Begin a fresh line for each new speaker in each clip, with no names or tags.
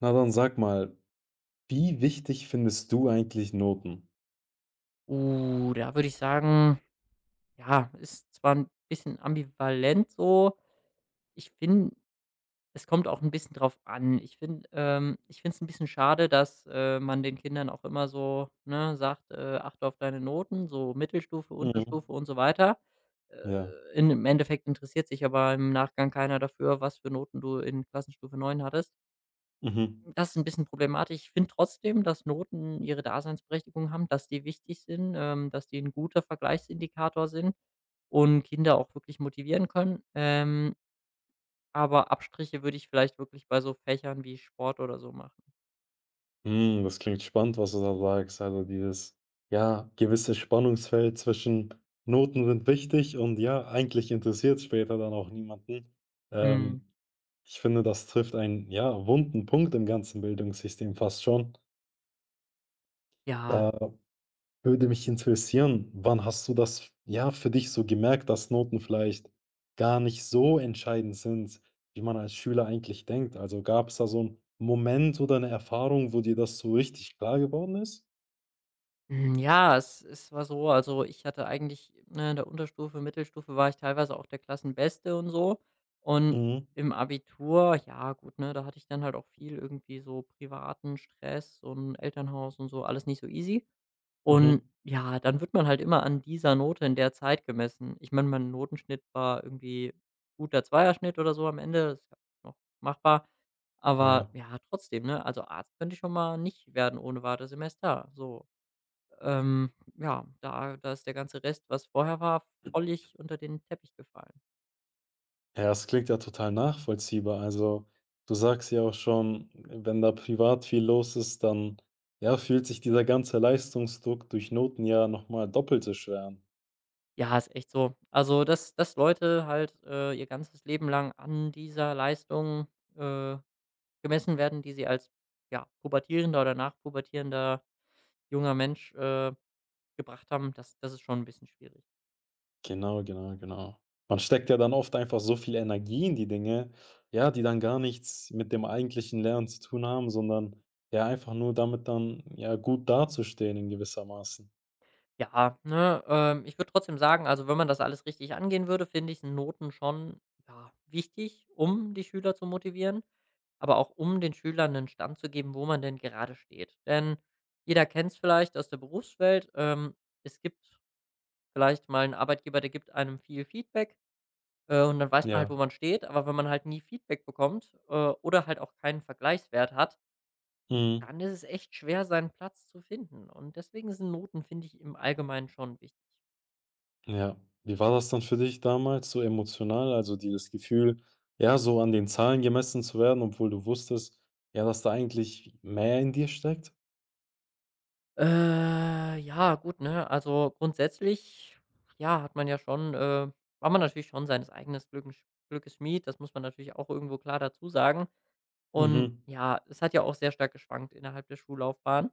Na dann sag mal, wie wichtig findest du eigentlich Noten?
Da würde ich sagen, ja, ist zwar ein bisschen ambivalent so. Ich finde, es kommt auch ein bisschen drauf an. Ich finde es ein bisschen schade, dass man den Kindern auch immer so, ne, sagt: Achte auf deine Noten“, so Mittelstufe,
Mhm.
Unterstufe und so weiter. Äh,
Ja.
in Im Endeffekt interessiert sich aber im Nachgang keiner dafür, was für Noten du in Klassenstufe 9 hattest.
Mhm.
Das ist ein bisschen problematisch. Ich finde trotzdem, dass Noten ihre Daseinsberechtigung haben, dass die wichtig sind, dass die ein guter Vergleichsindikator sind und Kinder auch wirklich motivieren können. Aber Abstriche würde ich vielleicht wirklich bei so Fächern wie Sport oder so machen.
Hm, das klingt spannend, was du da sagst. Also dieses, ja, gewisse Spannungsfeld zwischen Noten sind wichtig und ja, eigentlich interessiert es später dann auch niemanden.
Mhm.
Ähm, ich finde, das trifft einen, ja, wunden Punkt im ganzen Bildungssystem fast schon.
Ja.
Da würde mich interessieren, wann hast du das, ja, für dich so gemerkt, dass Noten vielleicht gar nicht so entscheidend sind, wie man als Schüler eigentlich denkt? Also gab es da so einen Moment oder eine Erfahrung, wo dir das so richtig klar geworden ist?
Hm, ja, es war so, also, ich hatte eigentlich, ne, in der Unterstufe, Mittelstufe war ich teilweise auch der Klassenbeste und so. Und
Mhm,
im Abitur, ja gut, ne, da hatte ich dann halt auch viel irgendwie so privaten Stress und Elternhaus und so, alles nicht so easy. Und
mhm,
ja, dann wird man halt immer an dieser Note in der Zeit gemessen. Ich meine, mein Notenschnitt war irgendwie guter Zweierschnitt oder so am Ende, das ist ja noch machbar. Aber
ja.
ja, trotzdem, ne, also Arzt könnte ich schon mal nicht werden ohne Wartesemester, so. Ja, da ist der ganze Rest, was vorher war, völlig unter den Teppich gefallen.
Ja, das klingt ja total nachvollziehbar. Also, du sagst ja auch schon, wenn da privat viel los ist, dann, ja, fühlt sich dieser ganze Leistungsdruck durch Noten ja noch mal doppelt so schwer an.
Ja, ist echt so. Also, dass Leute halt, ihr ganzes Leben lang an dieser Leistung, äh, gemessen werden, die sie als, ja, pubertierender oder nachpubertierender junger Mensch, gebracht haben, das ist schon ein bisschen schwierig.
Genau, genau, genau. Man steckt ja dann oft einfach so viel Energie in die Dinge, ja, die dann gar nichts mit dem eigentlichen Lernen zu tun haben, sondern ja einfach nur damit dann, ja, gut dazustehen in gewissermaßen.
Ja, ne, ich würde trotzdem sagen, also, wenn man das alles richtig angehen würde, finde ich, Noten schon, ja, wichtig, um die Schüler zu motivieren, aber auch um den Schülern einen Stand zu geben, wo man denn gerade steht. Denn jeder kennt es vielleicht aus der Berufswelt, es gibt vielleicht mal einen Arbeitgeber, der gibt einem viel Feedback, und dann weiß man halt,
Ja.
wo man steht, aber wenn man halt nie Feedback bekommt, oder halt auch keinen Vergleichswert hat,
Mhm.
dann ist es echt schwer, seinen Platz zu finden und deswegen sind Noten, finde ich, im Allgemeinen schon wichtig.
Ja. Wie war das dann für dich damals so emotional? Also dieses Gefühl, ja, so an den Zahlen gemessen zu werden, obwohl du wusstest, ja, dass da eigentlich mehr in dir steckt?
Ja, gut, ne? Also grundsätzlich, ja, hat man ja schon, war man natürlich schon seines eigenes Glückes Schmied. Das muss man natürlich auch irgendwo klar dazu sagen. Und
Mhm.
ja, es hat ja auch sehr stark geschwankt innerhalb der Schullaufbahn.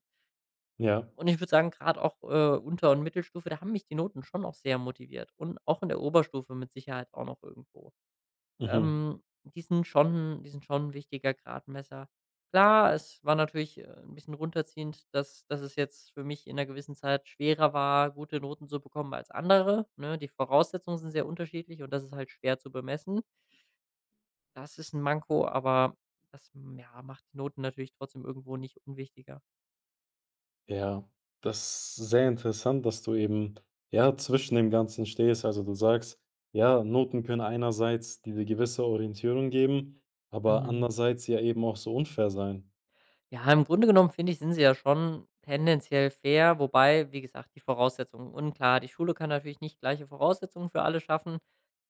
Ja.
Und ich würde sagen, gerade auch, Unter und Mittelstufe, da haben mich die Noten schon auch sehr motiviert und auch in der Oberstufe mit Sicherheit auch noch irgendwo.
Mhm.
Ähm, die sind schon ein wichtiger Gradmesser. Klar, es war natürlich, 'n bisschen runterziehend, dass es jetzt für mich in einer gewissen Zeit schwerer war, gute Noten zu bekommen als andere, ne? Die Voraussetzungen sind sehr unterschiedlich und das ist halt schwer zu bemessen. Das ist ein Manko, aber das, ja, macht die Noten natürlich trotzdem irgendwo nicht unwichtiger.
Ja, das ist sehr interessant, dass du eben, ja, zwischen dem Ganzen stehst. Also du sagst, ja, Noten können einerseits diese gewisse Orientierung geben, aber
Mhm.
andererseits ja eben auch so unfair sein.
Ja, im Grunde genommen finde ich, sind sie ja schon tendenziell fair, wobei, wie gesagt, die Voraussetzungen unklar. Die Schule kann natürlich nicht gleiche Voraussetzungen für alle schaffen,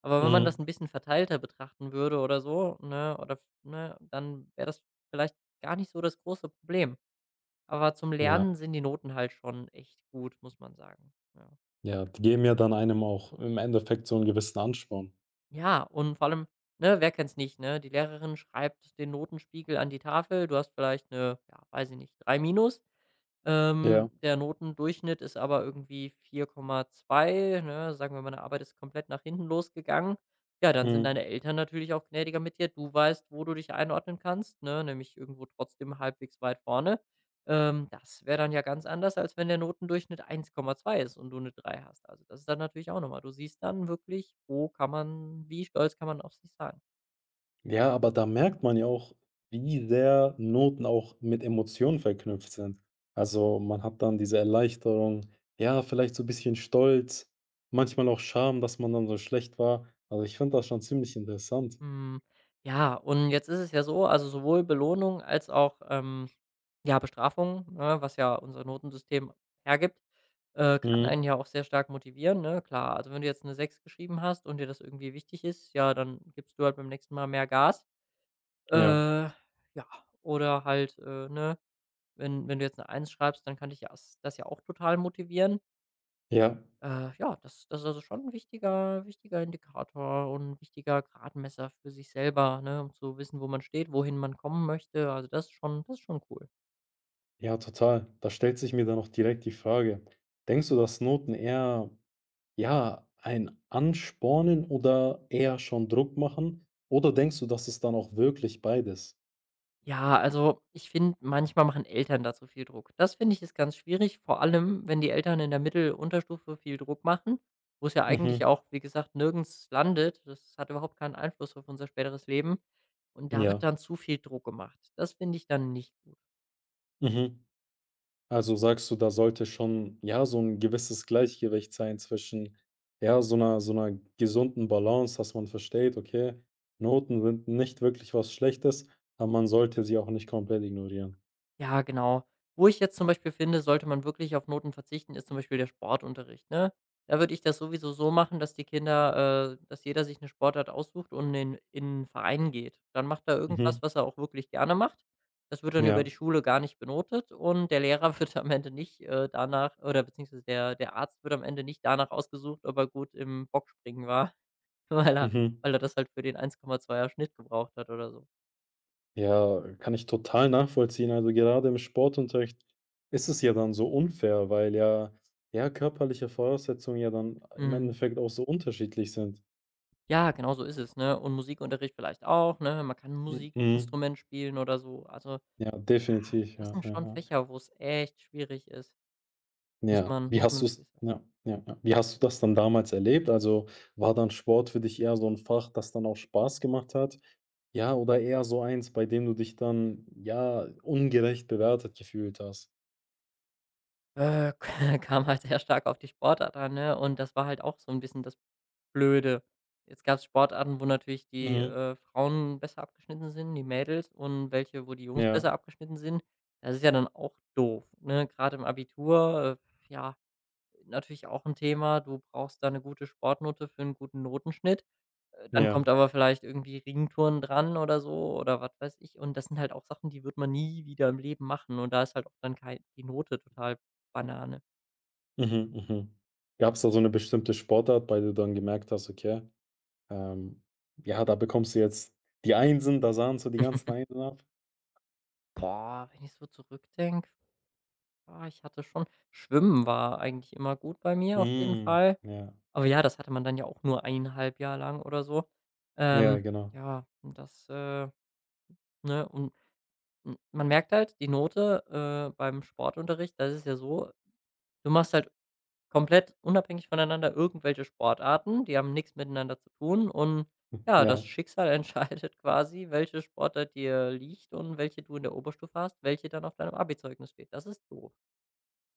aber wenn man das
Mhm.
ein bisschen verteilter betrachten würde oder so, ne, oder, ne, dann wäre das vielleicht gar nicht so das große Problem. Aber zum
Ja,
Lernen sind die Noten halt schon echt gut, muss man sagen, ja.
ja, die geben ja dann einem auch im Endeffekt so einen gewissen Ansporn.
Ja, und vor allem, ne, wer kennt's nicht, ne? Die Lehrerin schreibt den Notenspiegel an die Tafel. Du hast vielleicht eine, ja, weiß ich nicht, 3 minus.
Ja,
Der Notendurchschnitt ist aber irgendwie 4,2, ne? Sagen wir, meine Arbeit ist komplett nach hinten losgegangen. Ja, dann sind
mhm.
deine Eltern natürlich auch gnädiger mit dir. Du weißt, wo du dich einordnen kannst, ne? Nämlich irgendwo trotzdem halbwegs weit vorne. Das wäre dann ja ganz anders, als wenn der Notendurchschnitt 1,2 ist und du eine 3 hast. Also, das ist dann natürlich auch nochmal. Du siehst dann wirklich, wo kann man wie stolz kann man auf sich sein.
Ja, aber da merkt man ja auch, wie sehr Noten auch mit Emotionen verknüpft sind. Also man hat dann diese Erleichterung, ja, vielleicht so ein bisschen Stolz, manchmal auch Scham, dass man dann so schlecht war. Also ich finde das schon ziemlich interessant.
Hm, ja, und jetzt ist es ja so, also sowohl Belohnung als auch, ja, Bestrafung, ne, was ja unser Notensystem hergibt, kann einen
Mhm.
ja auch sehr stark motivieren, ne? Klar, also wenn du jetzt eine sechs geschrieben hast und dir das irgendwie wichtig ist, ja, dann gibst du halt beim nächsten Mal mehr Gas. Äh,
Ja,
ja, oder halt, ne, wenn du jetzt eine Eins schreibst, dann kann dich ja s das ja auch total motivieren.
ja,
Ja, das ist also schon ein wichtiger Indikator und ein wichtiger Gradmesser für sich selber, ne, um zu wissen, wo man steht, wohin man kommen möchte. Also, das ist schon cool.
ja, total. Da stellt sich mir dann auch direkt die Frage, denkst du, dass Noten eher, ja, ein Anspornen oder eher schon Druck machen? Oder denkst du, dass es dann auch wirklich beides?
Ja, also, ich finde, manchmal machen Eltern da zu viel Druck. Das finde ich ist ganz schwierig, vor allem, wenn die Eltern in der Mittelunterstufe viel Druck machen, wo es ja eigentlich
Mhm.
auch, wie gesagt, nirgends landet. Das hat überhaupt keinen Einfluss auf unser späteres Leben. Und da wird
Ja.
dann zu viel Druck gemacht. Das finde ich dann nicht.
Mhm. Also sagst du, da sollte schon, ja, so ein gewisses Gleichgewicht sein zwischen, ja, so einer gesunden Balance, dass man versteht, okay, Noten sind nicht wirklich was Schlechtes, aber man sollte sie auch nicht komplett ignorieren.
Ja, genau. Wo ich jetzt zum Beispiel finde, sollte man wirklich auf Noten verzichten, ist zum Beispiel der Sportunterricht, ne? Da würde ich das sowieso so machen, dass die Kinder dass jeder sich eine Sportart aussucht und in 'n Verein geht. Dann macht er
Mhm.
irgendwas, was er auch wirklich gerne macht. Das wird dann über
Ja.
die Schule gar nicht benotet und der Lehrer wird am Ende nicht, danach oder beziehungsweise der Arzt wird am Ende nicht danach ausgesucht, ob er gut im Bockspringen war, weil er
Mhm.
weil er das halt für den 1,2er Schnitt gebraucht hat oder so.
Ja, kann ich total nachvollziehen. Also gerade im Sportunterricht ist es ja dann so unfair, weil ja ja, körperliche Voraussetzungen ja dann im
Mhm.
Endeffekt auch so unterschiedlich sind.
Ja, genau so ist es, ne? Und Musikunterricht vielleicht auch, ne? Man kann ein
Mhm.
Musikinstrument spielen oder so. Also,
Ja, definitiv.
das
Ja,
sind
ja,
schon
ja.
Fächer, wo es echt schwierig ist, muss
Ja,
man
wie
muss
hast
man
du's
wirklich sagen.
ja, ja, ja. Wie hast du das dann damals erlebt? Also, war dann Sport für dich eher so 'n Fach, das dann auch Spaß gemacht hat? Ja, oder eher so eins, bei dem du dich dann, ja, ungerecht bewertet gefühlt hast?
Äh, Kam halt sehr stark auf die Sportart an, ne? Und das war halt auch so ein bisschen das Blöde. Jetzt gab es Sportarten, wo natürlich die,
Mhm.
Frauen besser abgeschnitten sind, die Mädels, und welche, wo die Jungs
Ja,
besser abgeschnitten sind. Das ist ja dann auch doof, ne? Gerade im Abitur, ja, natürlich auch ein Thema. Du brauchst da eine gute Sportnote für einen guten Notenschnitt. Dann
ja.
kommt aber vielleicht irgendwie Ringtouren dran oder so oder was weiß ich. Und das sind halt auch Sachen, die wird man nie wieder im Leben machen. Und da ist halt auch dann kei die Note total Banane.
Mhm, mhm. Gab's da so 'ne bestimmte Sportart, bei der du dann gemerkt hast: „Okay, ähm, ja, da bekommst du jetzt die Einsen, da sahen so die ganzen Einsen ab?“
Boah, wenn ich so zurückdenke, ich hatte schon Schwimmen war eigentlich immer gut bei mir auf jeden
Mhm,
Fall.
ja.
Aber ja, das hatte man dann ja auch nur eineinhalb Jahr lang oder so.
Ja,
Ähm,
genau.
ja, und das, ne? Und M man merkt halt die Note, beim Sportunterricht das ist ja so, du machst halt komplett unabhängig voneinander irgendwelche Sportarten, die haben nichts miteinander zu tun und
Hm,
ja, das
ja.
Schicksal entscheidet quasi, welche Sportart dir liegt und welche du in der Oberstufe hast, welche dann auf deinem Abi-Zeugnis steht. Das ist doof.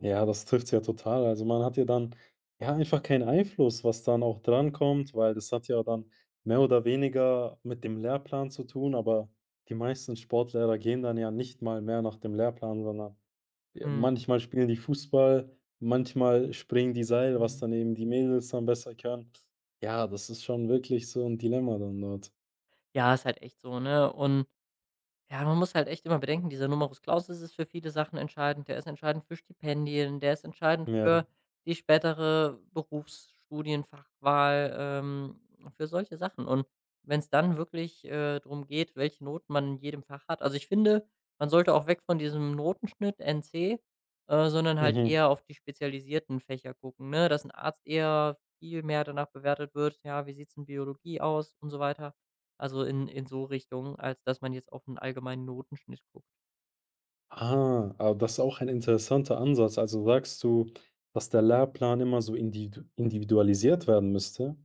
Ja, das trifft's ja total. Also, man hat ja dann, ja, einfach keinen Einfluss, was dann auch drankommt, weil das hat ja dann mehr oder weniger mit dem Lehrplan zu tun, aber die meisten Sportlehrer gehen dann ja nicht mal mehr nach dem Lehrplan, sondern ja,
Mhm,
manchmal spielen die Fußball, manchmal springen die Seil, was
mhm.
dann eben die Mädels dann besser können. Ja, das ist schon wirklich so ein Dilemma dann dort.
Ja, ist halt echt so, ne? Und ja, man muss halt echt immer bedenken, dieser Numerus Clausus ist für viele Sachen entscheidend. Der ist entscheidend für Stipendien, der ist entscheidend für
Ja.
die spätere Berufsstudienfachwahl, für solche Sachen. Und wenn es dann wirklich, drum geht, welche Noten man in jedem Fach hat, also, ich finde, man sollte auch weg von diesem Notenschnitt NC, sondern halt
Mhm.
eher auf die spezialisierten Fächer gucken, ne? Dass ein Arzt eher viel mehr danach bewertet wird: „Ja, wie sieht es in Biologie aus?“ und so weiter. Also in so Richtung, als dass man jetzt auf 'n allgemeinen Notenschnitt guckt.
Ah, aber das ist auch ein interessanter Ansatz. Also sagst du, dass der Lehrplan immer so individualisiert werden müsste?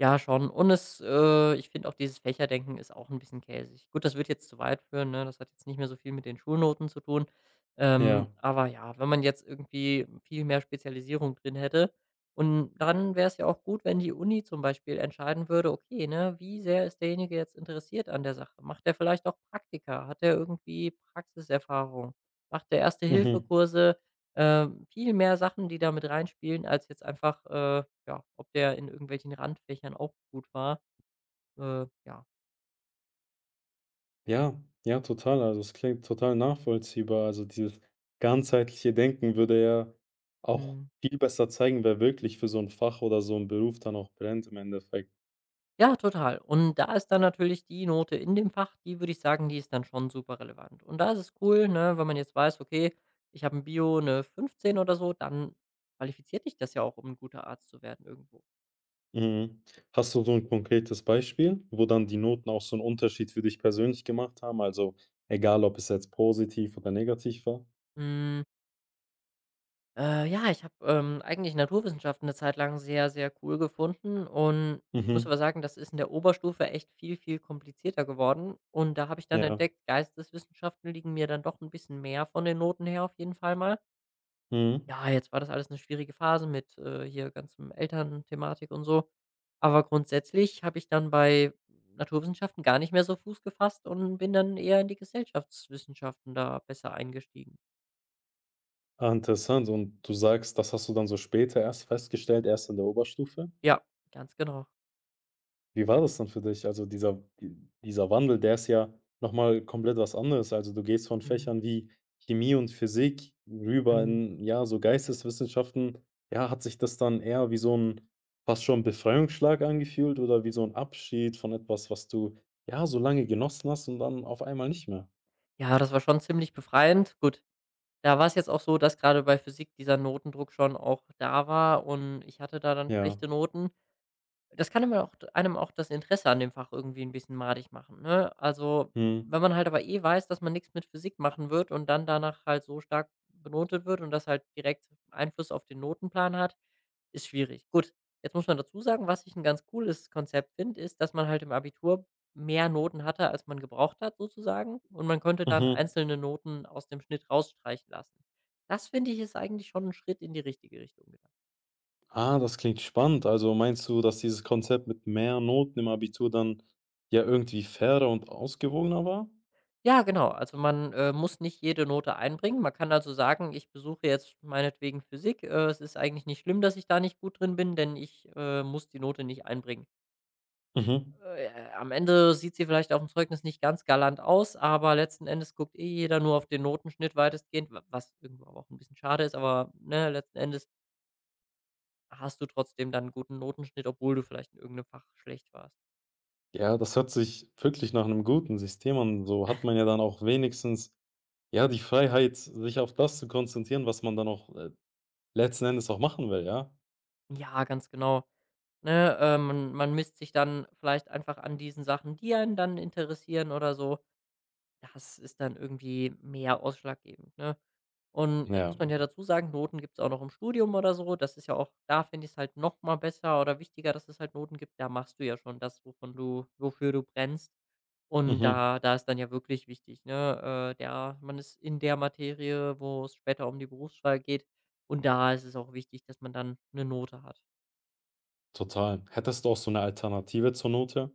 Ja, schon. Und es ich finde auch dieses Fächerdenken ist auch ein bisschen käsig. Gut, das wird jetzt zu weit führen, ne? Das hat jetzt nicht mehr so viel mit den Schulnoten zu tun.
Ja.
Aber ja, wenn man jetzt irgendwie viel mehr Spezialisierung drin hätte und dann wäre es ja auch gut, wenn die Uni zum Beispiel entscheiden würde: „Okay, ne, wie sehr ist derjenige jetzt interessiert an der Sache? Macht er vielleicht auch Praktika? Hat er irgendwie Praxiserfahrung? Macht er
Mhm.
Erste-Hilfe-Kurse?“ Viel mehr Sachen, die da mit reinspielen, als jetzt einfach, ja, ob der in irgendwelchen Randfächern auch gut war. Äh, ja,
Ja, ja, total. Also es klingt total nachvollziehbar. Also dieses ganzheitliche Denken würde ja auch
mhm.
viel besser zeigen, wer wirklich für so ein Fach oder so einen Beruf dann auch brennt im Endeffekt.
Ja, total. Und da ist dann natürlich die Note in dem Fach, die würde ich sagen, die ist dann schon super relevant. Und da ist es cool, ne, wenn man jetzt weiß, okay, ich habe in Bio eine 15 oder so, dann qualifiziert dich das ja auch, um ein guter Arzt zu werden irgendwo.
Mhm. Hast du so ein konkretes Beispiel, wo dann die Noten auch so einen Unterschied für dich persönlich gemacht haben? Also egal, ob es jetzt positiv oder negativ war?
Hm. Ja, ich habe, eigentlich Naturwissenschaften eine Zeit lang sehr, sehr cool gefunden und ich muss
Mhm.
aber sagen, das ist in der Oberstufe echt viel, viel komplizierter geworden und da habe ich dann
Ja.
entdeckt, Geisteswissenschaften liegen mir dann doch ein bisschen mehr von den Noten her auf jeden Fall mal.
Mhm.
Ja, jetzt war das alles eine schwierige Phase mit, hier ganzem Elternthematik und so, aber grundsätzlich habe ich dann bei Naturwissenschaften gar nicht mehr so Fuß gefasst und bin dann eher in die Gesellschaftswissenschaften da besser eingestiegen.
Ah, interessant. Und du sagst, das hast du dann so später erst festgestellt, erst in der Oberstufe?
Ja, ganz genau.
Wie war das dann für dich? Also dieser di dieser Wandel, der ist ja noch mal komplett was anderes. Also, du gehst von
Mhm.
Fächern wie Chemie und Physik rüber
Mhm.
in, ja, so Geisteswissenschaften. Ja, hat sich das dann eher wie so ein fast schon Befreiungsschlag angefühlt oder wie so ein Abschied von etwas, was du, ja, so lange genossen hast und dann auf einmal nicht mehr?
Ja, das war schon ziemlich befreiend. Gut, da war es jetzt auch so, dass gerade bei Physik dieser Notendruck schon auch da war und ich hatte da dann
Ja.
schlechte Noten. Das kann aber auch einem auch das Interesse an dem Fach irgendwie ein bisschen madig machen, ne? Also, wenn
Mhm.
man halt aber eh weiß, dass man nichts mit Physik machen wird und dann danach halt so stark benotet wird und das halt direkt Einfluss auf den Notenplan hat, ist schwierig. Gut, jetzt muss man dazu sagen, was ich ein ganz cooles Konzept finde, ist, dass man halt im Abitur mehr Noten hatte, als man gebraucht hat sozusagen und man konnte dann
Mhm.
einzelne Noten aus dem Schnitt rausstreichen lassen. Das finde ich, ist eigentlich schon ein Schritt in die richtige Richtung. Genau.
Ah, das klingt spannend. Also meinst du, dass dieses Konzept mit mehr Noten im Abitur dann ja irgendwie fairer und ausgewogener war?
Ja, genau. Also man, muss nicht jede Note einbringen. Man kann also sagen, ich besuche jetzt meinetwegen Physik. Es ist eigentlich nicht schlimm, dass ich da nicht gut drin bin, denn ich, muss die Note nicht einbringen.
Mhm.
Am Ende sieht sie vielleicht auf dem Zeugnis nicht ganz galant aus, aber letzten Endes guckt eh jeder nur auf den Notenschnitt weitestgehend, wa was irgendwo aber auch ein bisschen schade ist, aber, ne, letzten Endes hast du trotzdem dann 'n guten Notenschnitt, obwohl du vielleicht in irgendeinem Fach schlecht warst.
Ja, das hört sich wirklich nach einem guten System an. So hat man ja dann auch wenigstens ja die Freiheit, sich auf das zu konzentrieren, was man dann auch letzten Endes auch machen will, ja?
Ja, ganz genau. Ne, man misst sich dann vielleicht einfach an diesen Sachen, die einen dann interessieren oder so. Das ist dann irgendwie mehr ausschlaggebend, ne? Und jetzt
Ja,
muss man ja
ja.
dazu sagen, Noten gibt es auch noch im Studium oder so. Das ist ja auch da finde ich's halt noch mal besser oder wichtiger, dass es halt Noten gibt. Da machst du ja schon das, wovon du wofür du brennst. Und
Mhm.
da ist dann ja wirklich wichtig, ne, der man ist in der Materie, wo es später um die Berufswahl geht. Und da ist es auch wichtig, dass man dann eine Note hat.
Total. Hättest du auch so eine Alternative zur Note?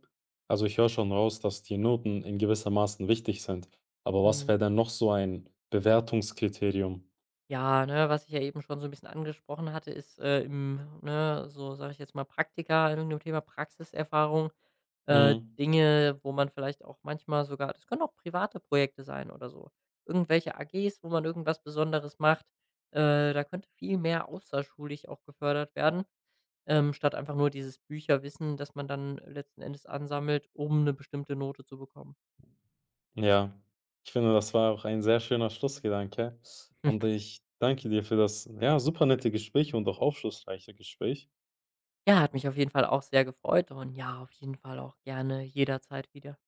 Also ich höre schon raus, dass die Noten in gewissermaßen wichtig sind. Aber was
Mhm.
wäre denn noch so ein Bewertungskriterium?
Ja, ne, was ich ja eben schon so ein bisschen angesprochen hatte, ist, im ne, so sage ich jetzt mal, Praktika in dem Thema Praxiserfahrung,
Mhm.
Dinge, wo man vielleicht auch manchmal sogar das können auch private Projekte sein oder so, irgendwelche AGs, wo man irgendwas Besonderes macht. Da könnte viel mehr außerschulisch auch gefördert werden, statt einfach nur dieses Bücherwissen, das man dann letzten Endes ansammelt, um eine bestimmte Note zu bekommen.
Ja, ich finde, das war auch ein sehr schöner Schlussgedanke und ich danke dir für das, ja, super nette Gespräch und auch aufschlussreiche Gespräch.
Ja, hat mich auf jeden Fall auch sehr gefreut und ja, auf jeden Fall auch gerne jederzeit wieder.